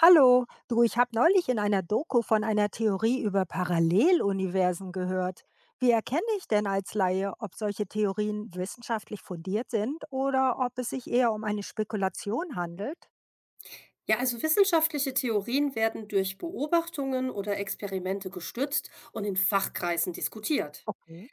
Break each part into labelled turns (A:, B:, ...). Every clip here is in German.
A: Hallo, du, ich habe neulich in einer Doku von einer Theorie über Paralleluniversen gehört. Wie erkenne ich denn als Laie, ob solche Theorien wissenschaftlich fundiert sind oder ob es sich eher um eine Spekulation handelt?
B: Ja, also wissenschaftliche Theorien werden durch Beobachtungen oder Experimente gestützt und in Fachkreisen diskutiert.
A: Okay.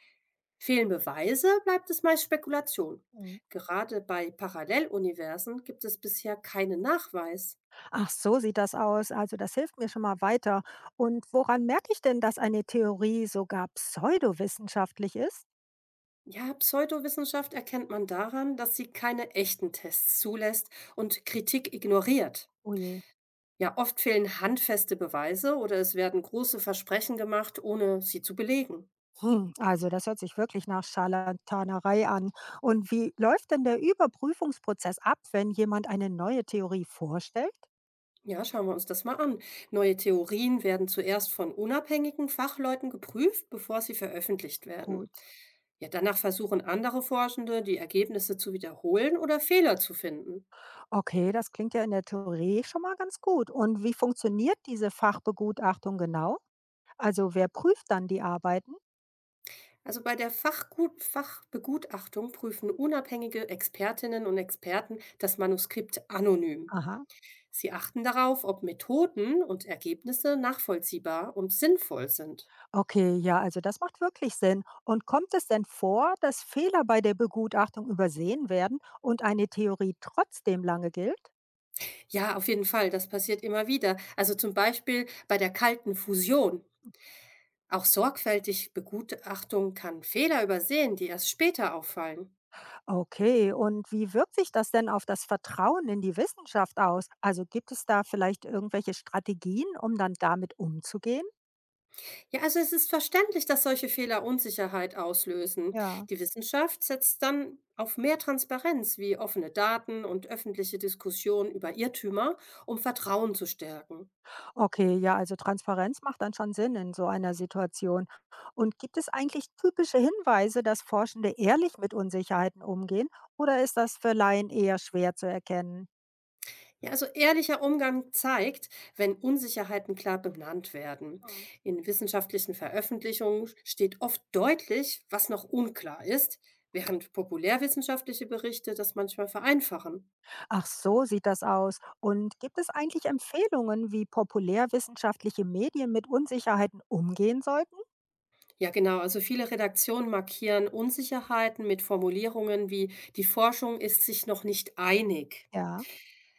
B: Fehlen Beweise, bleibt es meist Spekulation.
A: Mhm.
B: Gerade bei Paralleluniversen gibt es bisher keinen Nachweis.
A: Ach, so sieht das aus. Also das hilft mir schon mal weiter. Und woran merke ich denn, dass eine Theorie sogar pseudowissenschaftlich ist?
B: Ja, Pseudowissenschaft erkennt man daran, dass sie keine echten Tests zulässt und Kritik ignoriert.
A: Oh je.
B: Ja, oft fehlen handfeste Beweise oder es werden große Versprechen gemacht, ohne sie zu belegen.
A: Hm, also das hört sich wirklich nach Scharlatanerei an. Und wie läuft denn der Überprüfungsprozess ab, wenn jemand eine neue Theorie vorstellt?
B: Ja, schauen wir uns das mal an. Neue Theorien werden zuerst von unabhängigen Fachleuten geprüft, bevor sie veröffentlicht werden.
A: Gut.
B: Ja, danach versuchen andere Forschende, die Ergebnisse zu wiederholen oder Fehler zu finden.
A: Okay, das klingt ja in der Theorie schon mal ganz gut. Und wie funktioniert diese Fachbegutachtung genau? Also wer prüft dann die Arbeiten?
B: Also bei der Fachgut Fachbegutachtung prüfen unabhängige Expertinnen und Experten das Manuskript anonym.
A: Aha.
B: Sie achten darauf, ob Methoden und Ergebnisse nachvollziehbar und sinnvoll sind.
A: Okay, ja, also das macht wirklich Sinn. Und kommt es denn vor, dass Fehler bei der Begutachtung übersehen werden und eine Theorie trotzdem lange gilt?
B: Ja, auf jeden Fall, das passiert immer wieder. Also zum Beispiel bei der kalten Fusion. Auch sorgfältig Begutachtung kann Fehler übersehen, die erst später auffallen.
A: Okay, und wie wirkt sich das denn auf das Vertrauen in die Wissenschaft aus? Also gibt es da vielleicht irgendwelche Strategien, um dann damit umzugehen?
B: Ja, also es ist verständlich, dass solche Fehler Unsicherheit auslösen.
A: Ja.
B: Die Wissenschaft setzt dann auf mehr Transparenz wie offene Daten und öffentliche Diskussionen über Irrtümer, um Vertrauen zu stärken.
A: Okay, ja, also Transparenz macht dann schon Sinn in so einer Situation. Und gibt es eigentlich typische Hinweise, dass Forschende ehrlich mit Unsicherheiten umgehen? Oder ist das für Laien eher schwer zu erkennen?
B: Ja, also ehrlicher Umgang zeigt, wenn Unsicherheiten klar benannt werden.
A: Hm.
B: In wissenschaftlichen Veröffentlichungen steht oft deutlich, was noch unklar ist, während populärwissenschaftliche Berichte das manchmal vereinfachen.
A: Ach, so sieht das aus. Und gibt es eigentlich Empfehlungen, wie populärwissenschaftliche Medien mit Unsicherheiten umgehen sollten?
B: Ja, genau, also viele Redaktionen markieren Unsicherheiten mit Formulierungen wie die Forschung ist sich noch nicht einig.
A: Ja.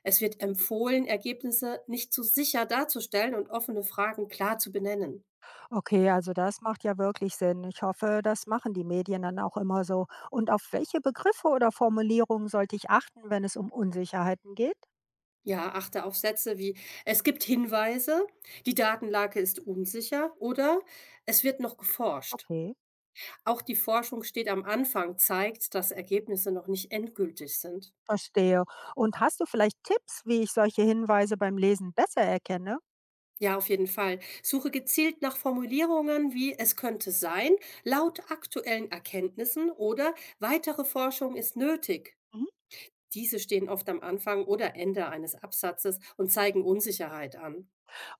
B: Es wird empfohlen, Ergebnisse nicht zu sicher darzustellen und offene Fragen klar zu benennen.
A: Okay, also das macht ja wirklich Sinn. Ich hoffe, das machen die Medien dann auch immer so. Und auf welche Begriffe oder Formulierungen sollte ich achten, wenn es um Unsicherheiten geht?
B: Ja, achte auf Sätze wie es gibt Hinweise, die Datenlage ist unsicher oder es wird noch geforscht.
A: Okay,
B: Auch die Forschung steht am Anfang, zeigt, dass Ergebnisse noch nicht endgültig sind.
A: verstehe. Und hast du vielleicht Tipps, wie ich solche Hinweise beim Lesen besser erkenne?
B: Ja, auf jeden Fall. Suche gezielt nach Formulierungen wie es könnte sein, laut aktuellen Erkenntnissen oder weitere Forschung ist nötig.
A: Mhm.
B: Diese stehen oft am Anfang oder Ende eines Absatzes und zeigen Unsicherheit an.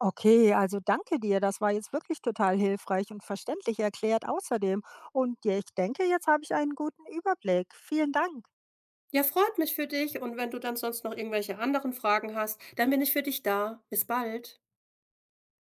A: Okay, also danke dir. Das war jetzt wirklich total hilfreich und verständlich erklärt außerdem. Und ja, ich denke, jetzt habe ich einen guten Überblick. Vielen Dank.
B: Ja, freut mich für dich und wenn du dann sonst noch irgendwelche anderen Fragen hast, dann bin ich für dich da. Bis bald.